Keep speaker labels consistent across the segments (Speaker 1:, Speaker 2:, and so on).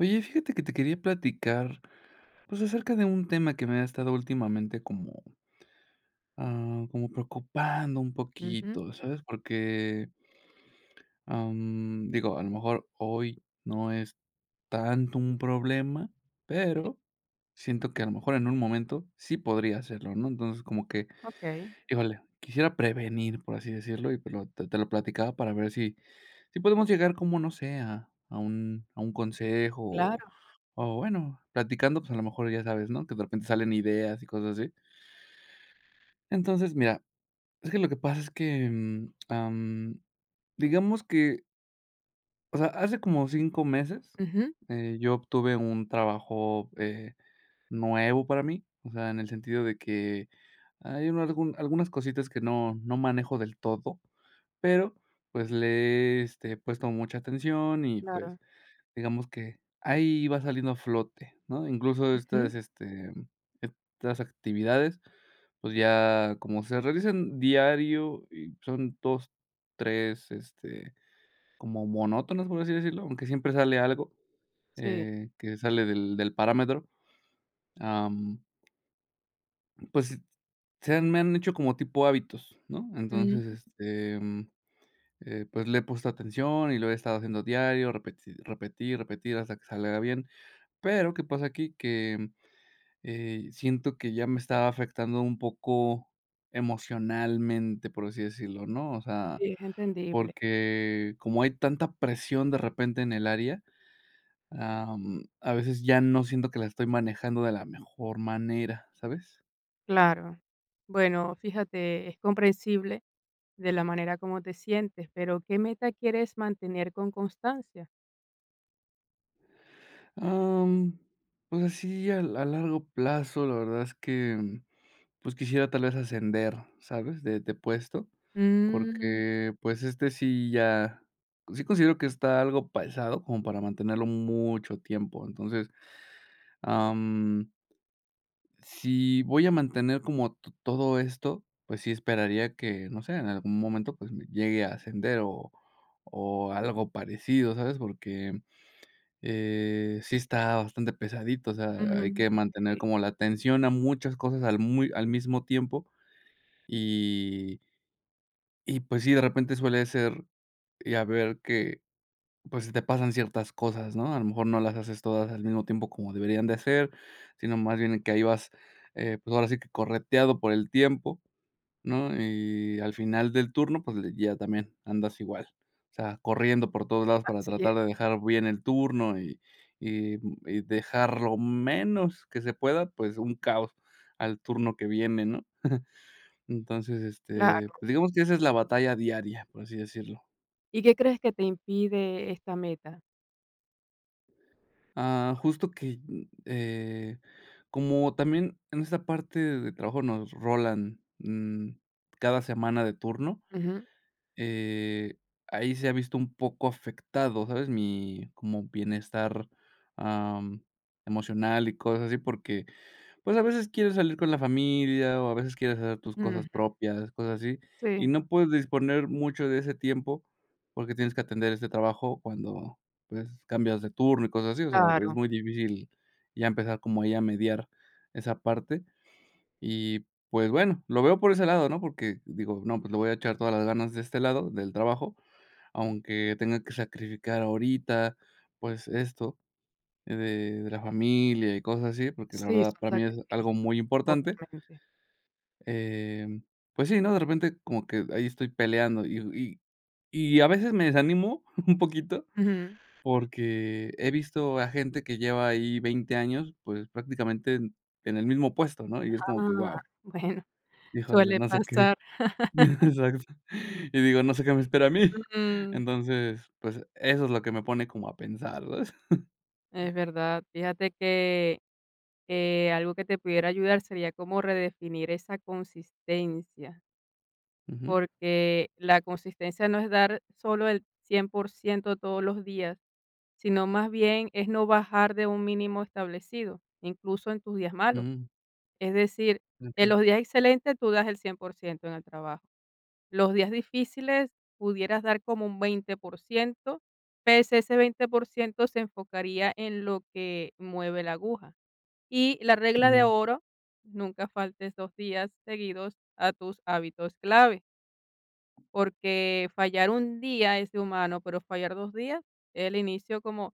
Speaker 1: Oye, fíjate que te quería platicar, pues, acerca de un tema que me ha estado últimamente como preocupando un
Speaker 2: Ujú,
Speaker 1: poquito, ¿sabes? Porque, digo, a lo mejor hoy no es tanto un problema, pero siento que a lo mejor en un momento sí podría hacerlo, ¿no? Entonces, como que,
Speaker 2: okey.
Speaker 1: híjole, quisiera prevenir, por así decirlo, y pues lo te te lo platicaba para ver si sí podemos llegar como, no sé, a un consejo, o
Speaker 2: Claro,
Speaker 1: o bueno, platicando, pues, a lo mejor ya sabes, ¿no?, que de repente salen ideas y cosas así. Entonces, mira, es que lo que pasa es que, digamos que, o sea, hace como 5 meses,
Speaker 2: ujú,
Speaker 1: yo obtuve un trabajo, nuevo para mí, o sea, en el sentido de que hay un algún algunas cositas que no manejo del todo, pero, pues, le he, este, puesto mucha atención y, pues,
Speaker 2: claro,
Speaker 1: digamos que ahí va saliendo a flote, ¿no? Incluso
Speaker 2: ujú.
Speaker 1: estas actividades, pues ya como se realizan diario y son 2 3 este, como monótonas, por así decirlo, aunque siempre sale algo,
Speaker 2: Sí,
Speaker 1: que sale del parámetro. am, pues se han me han hecho como tipo hábitos, ¿no? Entonces,
Speaker 2: mm,
Speaker 1: este, pues le he puesto atención y lo he estado haciendo diario, repetir, repetir, repetir hasta que salga bien. Pero, ¿qué pasa aquí? Que, siento que ya me estaba afectando un poco emocionalmente, por así decirlo, ¿no? O sea,
Speaker 2: sí, es entendible,
Speaker 1: porque como hay tanta presión de repente en el área, a veces ya no siento que la estoy manejando de la mejor manera, ¿sabes?
Speaker 2: claro. Bueno, fíjate, es comprensible de la manera como te sientes, pero, ¿qué meta quieres mantener con constancia?
Speaker 1: Am, pues así a largo plazo, la verdad es que, pues quisiera tal vez ascender, ¿sabes? De puesto,
Speaker 2: Mm,
Speaker 1: porque, pues, este sí ya, sí considero que está algo pesado como para mantenerlo mucho tiempo. Entonces, am, si voy a mantener como to todo esto, pues sí esperaría que, no sé, en algún momento, pues, me llegue a ascender o algo parecido, ¿sabes? Porque, sí está bastante pesadito, o sea,
Speaker 2: ujú,
Speaker 1: hay que mantener
Speaker 2: okey,
Speaker 1: como la atención a muchas cosas al mismo tiempo, y pues sí, de repente suele ser, y a ver que, pues, se te pasan ciertas cosas, ¿no? A lo mejor no las haces todas al mismo tiempo como deberían de ser, sino más bien que ahí vas, pues, ahora sí que correteado por el tiempo, ¿no? Y al final del turno, pues, le ya también andas igual, o sea, corriendo por todos lados para
Speaker 2: así es,
Speaker 1: tratar de dejar bien el turno y dejar lo menos que se pueda, pues, un caos al turno que viene, ¿no? Entonces,
Speaker 2: claro.
Speaker 1: este, pues, digamos que esa es la batalla diaria, por así decirlo.
Speaker 2: ¿Y qué crees que te impide esta meta?
Speaker 1: Ah, justo que, como también en esta parte de trabajo nos rolan, cada semana de turno.
Speaker 2: Ujú,
Speaker 1: Eh, Ahí se ha visto un poco afectado, ¿sabes?, mi como bienestar, am, emocional y cosas así, porque, pues, a veces quieres salir con la familia, o a veces quieres hacer tus cosas
Speaker 2: ujú,
Speaker 1: propias, cosas así, y
Speaker 2: sí,
Speaker 1: no puedes disponer mucho de ese tiempo, porque tienes que atender este trabajo cuando, pues, cambias de turno y cosas así, o sea, es
Speaker 2: claro.
Speaker 1: muy difícil ya empezar como ahí a mediar esa parte. Y, pues, bueno, lo veo por ese lado, ¿no? Porque digo: "No, pues, le voy a echar todas las ganas de este lado, del trabajo, aunque tenga que sacrificar ahorita, pues, esto, de la familia y cosas así", porque la
Speaker 2: Sí, es
Speaker 1: verdad
Speaker 2: un
Speaker 1: para mí es algo
Speaker 2: sacrificio,
Speaker 1: muy importante.
Speaker 2: obviamente.
Speaker 1: Em, pues sí, ¿no? De repente como que ahí estoy peleando y a veces me desanimo un poquito
Speaker 2: Ujú.
Speaker 1: porque he visto a gente que lleva ahí 20 años, pues, prácticamente en el mismo puesto, ¿no?
Speaker 2: Ah,
Speaker 1: Y es como que, guau,
Speaker 2: bueno,
Speaker 1: híjole,
Speaker 2: suele
Speaker 1: no sé qué
Speaker 2: pasar.
Speaker 1: Exacto. Y digo, no sé qué me espera a mí.
Speaker 2: Mm,
Speaker 1: Entonces, pues, eso es lo que me pone como a pensar, ¿sabes?
Speaker 2: es verdad. Fíjate que algo que te pudiera ayudar sería como redefinir esa consistencia,
Speaker 1: Ujú,
Speaker 2: porque la consistencia no es dar solo el 100% todos los días, sino más bien es no bajar de un mínimo establecido, incluso en tus días malos.
Speaker 1: mm,
Speaker 2: Es decir, en
Speaker 1: okey,
Speaker 2: los días excelentes tú das el 100% en el trabajo. Los días difíciles pudieras dar como un 20%, pese ese 20% se enfocaría en lo que mueve la aguja. Y la regla de
Speaker 1: mm,
Speaker 2: oro, nunca faltes 2 días seguidos a tus hábitos clave, porque fallar un día es de humano, pero fallar 2 días es el inicio como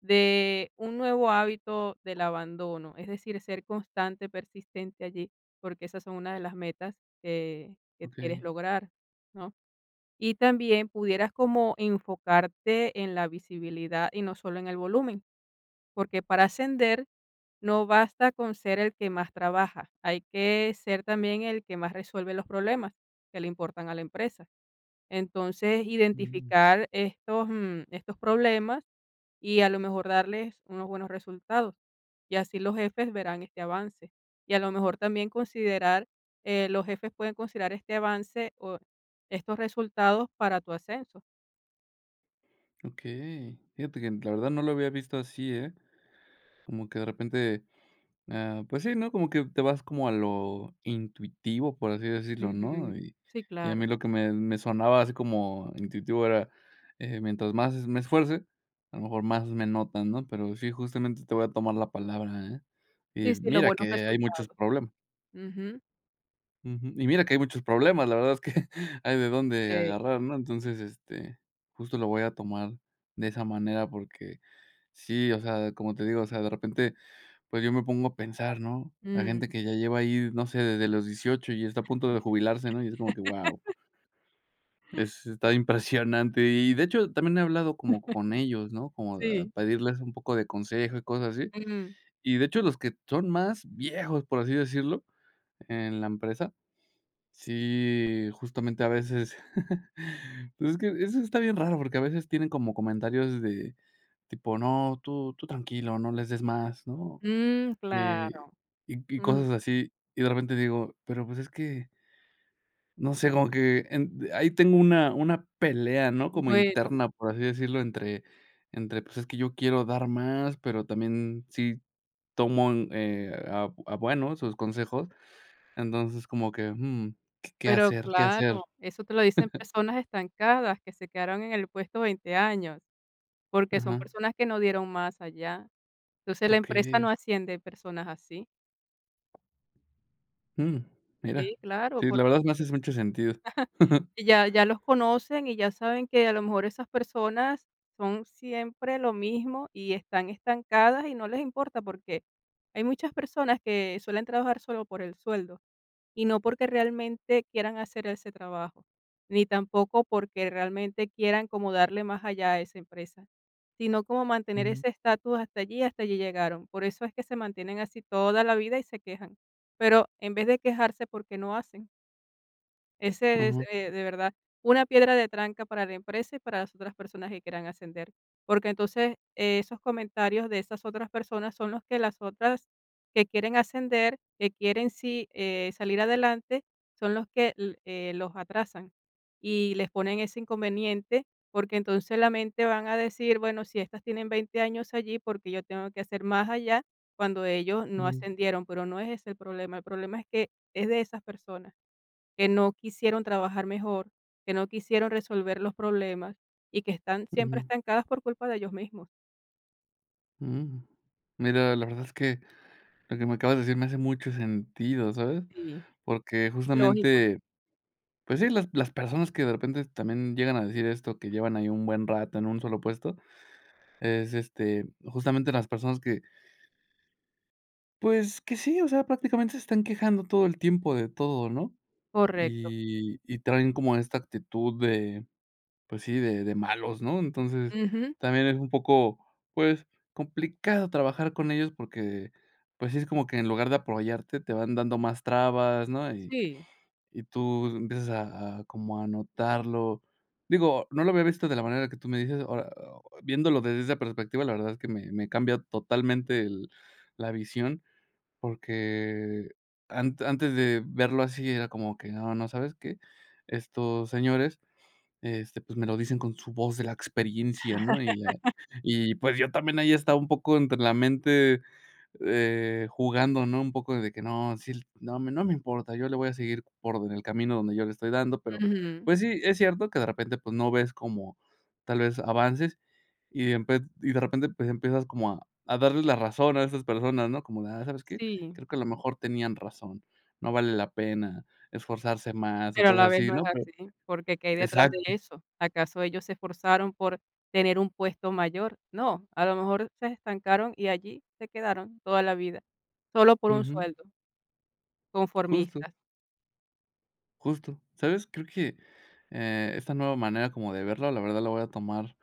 Speaker 2: de un nuevo hábito del abandono, es decir, ser constante, persistente allí, porque esas son una de las metas que quieres
Speaker 1: okey,
Speaker 2: lograr, ¿no? Y también pudieras como enfocarte en la visibilidad y no solo en el volumen, porque para ascender no basta con ser el que más trabaja, hay que ser también el que más resuelve los problemas que le importan a la empresa. Entonces,
Speaker 1: mm,
Speaker 2: identificar estos problemas y a lo mejor darles unos buenos resultados. Y así los jefes verán este avance. Y a lo mejor también considerar, los jefes pueden considerar este avance o estos resultados para tu ascenso.
Speaker 1: okey. Fíjate que la verdad no lo había visto así, ¿eh? Como que de repente. Ah, pues sí, ¿no? Como que te vas como a lo intuitivo, por así decirlo, ¿no?
Speaker 2: Ujú.
Speaker 1: Y
Speaker 2: Sí,
Speaker 1: a mí
Speaker 2: claro.
Speaker 1: lo que me sonaba así como intuitivo era, mientras más me esfuerce, a lo mejor más me notan, ¿no? Pero sí, justamente te voy a tomar la palabra, ¿eh? Y
Speaker 2: Sí, sí, los
Speaker 1: mira
Speaker 2: buenos
Speaker 1: que hay muchos
Speaker 2: resultados.
Speaker 1: problemas.
Speaker 2: Ujú.
Speaker 1: Ujú. Y mira que hay muchos problemas, la verdad es que hay de dónde
Speaker 2: Okey.
Speaker 1: agarrar, ¿no? Entonces, este, justo lo voy a tomar de esa manera porque sí, o sea, como te digo, o sea, de repente pues yo me pongo a pensar, ¿no? La
Speaker 2: Mm,
Speaker 1: gente que ya lleva ahí, no sé, desde los 18 y está a punto de jubilarse, ¿no? Y es como que, ¡wow! es está impresionante. Y de hecho, también he hablado como con ellos, ¿no? Como a
Speaker 2: sí.
Speaker 1: pedirles un poco de consejo y cosas así.
Speaker 2: Mm,
Speaker 1: Y de hecho, los que son más viejos, por así decirlo, en la empresa, sí, justamente a veces Entonces es que eso está bien raro, porque a veces tienen como comentarios de tipo: "No, tú tranquilo, no les des más", ¿no?
Speaker 2: mm,
Speaker 1: Eh,
Speaker 2: claro.
Speaker 1: y
Speaker 2: Mm,
Speaker 1: cosas así, y de repente digo, pero, pues, es que, no sé, como que en ahí tengo una pelea, ¿no? Como
Speaker 2: bueno.
Speaker 1: interna, por así decirlo, entre, pues, es que yo quiero dar más, pero también sí tomo en, a bueno sus consejos. Entonces, como que, ¿qué
Speaker 2: Pero
Speaker 1: hacer? ¿Qué
Speaker 2: claro,
Speaker 1: hacer?
Speaker 2: eso te lo dicen personas estancadas que se quedaron en el puesto 20 años, porque son
Speaker 1: Ajá,
Speaker 2: personas que no dieron más allá. Entonces, la
Speaker 1: ok.
Speaker 2: empresa no asciende personas así.
Speaker 1: Mm, mira.
Speaker 2: Sí, claro,
Speaker 1: Sí, la
Speaker 2: porque
Speaker 1: verdad me haces mucho sentido.
Speaker 2: ya los conocen y ya saben que a lo mejor esas personas son siempre lo mismo y están estancadas y no les importa, porque hay muchas personas que suelen trabajar solo por el sueldo, y no porque realmente quieran hacer ese trabajo, ni tampoco porque realmente quieran como darle más allá a esa empresa, sino como mantener
Speaker 1: Ujú,
Speaker 2: ese estatus hasta allí llegaron. Por eso es que se mantienen así toda la vida y se quejan. Pero en vez de quejarse, ¿por qué no hacen? Ese es,
Speaker 1: ajá,
Speaker 2: de verdad, una piedra de tranca para la empresa y para las otras personas que quieran ascender. Porque entonces, esos comentarios de esas otras personas son los que las otras que quieren ascender, que quieren sí, salir adelante, son los que los atrasan y les ponen ese inconveniente, porque entonces la mente van a decir, bueno, si estas tienen 20 años allí, porque yo tengo que hacer más allá cuando ellos no
Speaker 1: mm,
Speaker 2: ascendieron, pero no es ese el problema es que es de esas personas que no quisieron trabajar mejor, que no quisieron resolver los problemas y que están siempre
Speaker 1: ujú,
Speaker 2: estancadas por culpa de ellos mismos.
Speaker 1: mm. Mira, la verdad es que lo que me acabas de decir me hace mucho sentido, ¿sabes?
Speaker 2: Sí.
Speaker 1: Porque
Speaker 2: Lógico.
Speaker 1: justamente, pues sí, las personas que de repente también llegan a decir esto, que llevan ahí un buen rato en un solo puesto, es, este, justamente las personas que, pues, que sí, o sea, prácticamente se están quejando todo el tiempo de todo, ¿no?
Speaker 2: Correcto.
Speaker 1: Y traen como esta actitud de, pues sí, de malos, ¿no? Entonces,
Speaker 2: Ujú.
Speaker 1: también es un poco, pues, complicado trabajar con ellos porque, pues sí, es como que en lugar de apoyarte, te van dando más trabas, ¿no? Y
Speaker 2: Sí.
Speaker 1: Tú empiezas a como a notarlo. Digo, no lo había visto de la manera que tú me dices, ahora, ah, viéndolo desde esa perspectiva, la verdad es que me cambia totalmente el la visión, porque antes de verlo así era como que: "No, no, ¿sabes qué? Estos señores, este, pues, me lo dicen con su voz de la experiencia, ¿no?" Y ya y, pues, yo también ahí estaba un poco entre la mente, jugando, ¿no? Un poco de que no, sí, no me importa, yo le voy a seguir por en el camino donde yo le estoy dando, pero,
Speaker 2: Ujú.
Speaker 1: pues sí, es cierto que de repente, pues, no ves como tal vez avances y de repente, pues, empiezas como a darles la razón a esas personas, ¿no? Como de: "Ah, ¿sabes qué?
Speaker 2: Sí,
Speaker 1: Creo que a lo mejor tenían razón, no vale la pena esforzarse más", o
Speaker 2: pero a
Speaker 1: cosas
Speaker 2: la vez
Speaker 1: así,
Speaker 2: no es
Speaker 1: ¿no? Pero
Speaker 2: así, porque ¿qué hay detrás de
Speaker 1: exacto.
Speaker 2: eso? ¿Acaso ellos se esforzaron por tener un puesto mayor? No, a lo mejor se estancaron y allí se quedaron toda la vida, solo por un sueldo,
Speaker 1: Justo,
Speaker 2: conformistas.
Speaker 1: justo. ¿Sabes? Creo que, esta nueva manera como de verlo, la verdad la voy a tomar,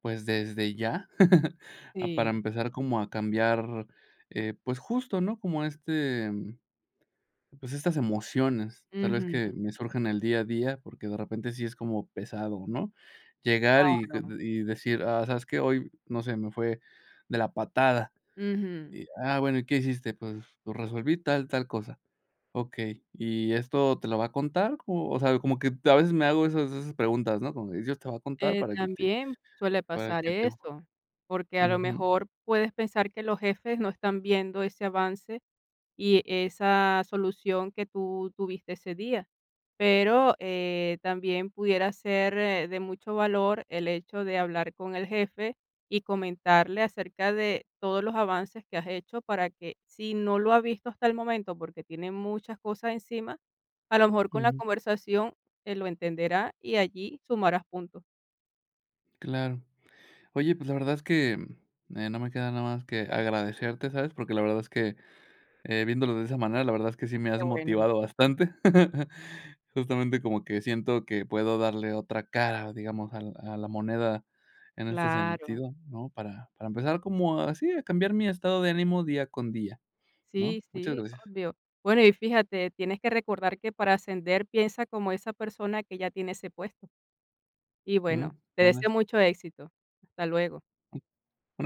Speaker 1: pues, desde ya, ah,
Speaker 2: Sí.
Speaker 1: para empezar como a cambiar, pues, justo, ¿no? Como este, pues, estas emociones, tal vez que
Speaker 2: Ujú,
Speaker 1: me surgen el día a día, porque de repente sí es como pesado, ¿no? Llegar y que
Speaker 2: claro.
Speaker 1: y decir: "Ah, ¿sabes qué? Hoy, no sé, me fue de la patada".
Speaker 2: Ujú.
Speaker 1: Y, ah, bueno, ¿y qué hiciste? Pues, resolví tal, tal cosa. Okey, ¿y esto te lo va a contar? O sea, como que a veces me hago esas preguntas, ¿no? Como de, ¿Dios te va a contar para que te
Speaker 2: También suele
Speaker 1: para
Speaker 2: pasar
Speaker 1: que te
Speaker 2: eso, porque a lo
Speaker 1: Ujú,
Speaker 2: mejor puedes pensar que los jefes no están viendo ese avance y esa solución que tú tuviste ese día, pero, también pudiera ser, de mucho valor el hecho de hablar con el jefe y comentarle acerca de todos los avances que has hecho para que, si no lo ha visto hasta el momento, porque tiene muchas cosas encima, a lo mejor con la
Speaker 1: ujú,
Speaker 2: conversación, él lo entenderá y allí sumarás puntos.
Speaker 1: claro. Oye, pues, la verdad es que, no me queda nada más que agradecerte, ¿sabes? Porque la verdad es que, viéndolo de esa manera, la verdad es que sí me
Speaker 2: Qué
Speaker 1: has
Speaker 2: bueno,
Speaker 1: motivado bastante. Justamente como que siento que puedo darle otra cara, digamos, al a la moneda en este
Speaker 2: claro.
Speaker 1: sentido, ¿no? Para empezar como así, a cambiar mi estado de ánimo día con día. ¿No?
Speaker 2: Sí,
Speaker 1: Muchas
Speaker 2: sí,
Speaker 1: gracias.
Speaker 2: obvio. Bueno, y fíjate, tienes que recordar que para ascender piensa como esa persona que ya tiene ese puesto. Y
Speaker 1: Mm,
Speaker 2: bueno, te deseo
Speaker 1: buenas
Speaker 2: mucho éxito. Hasta luego.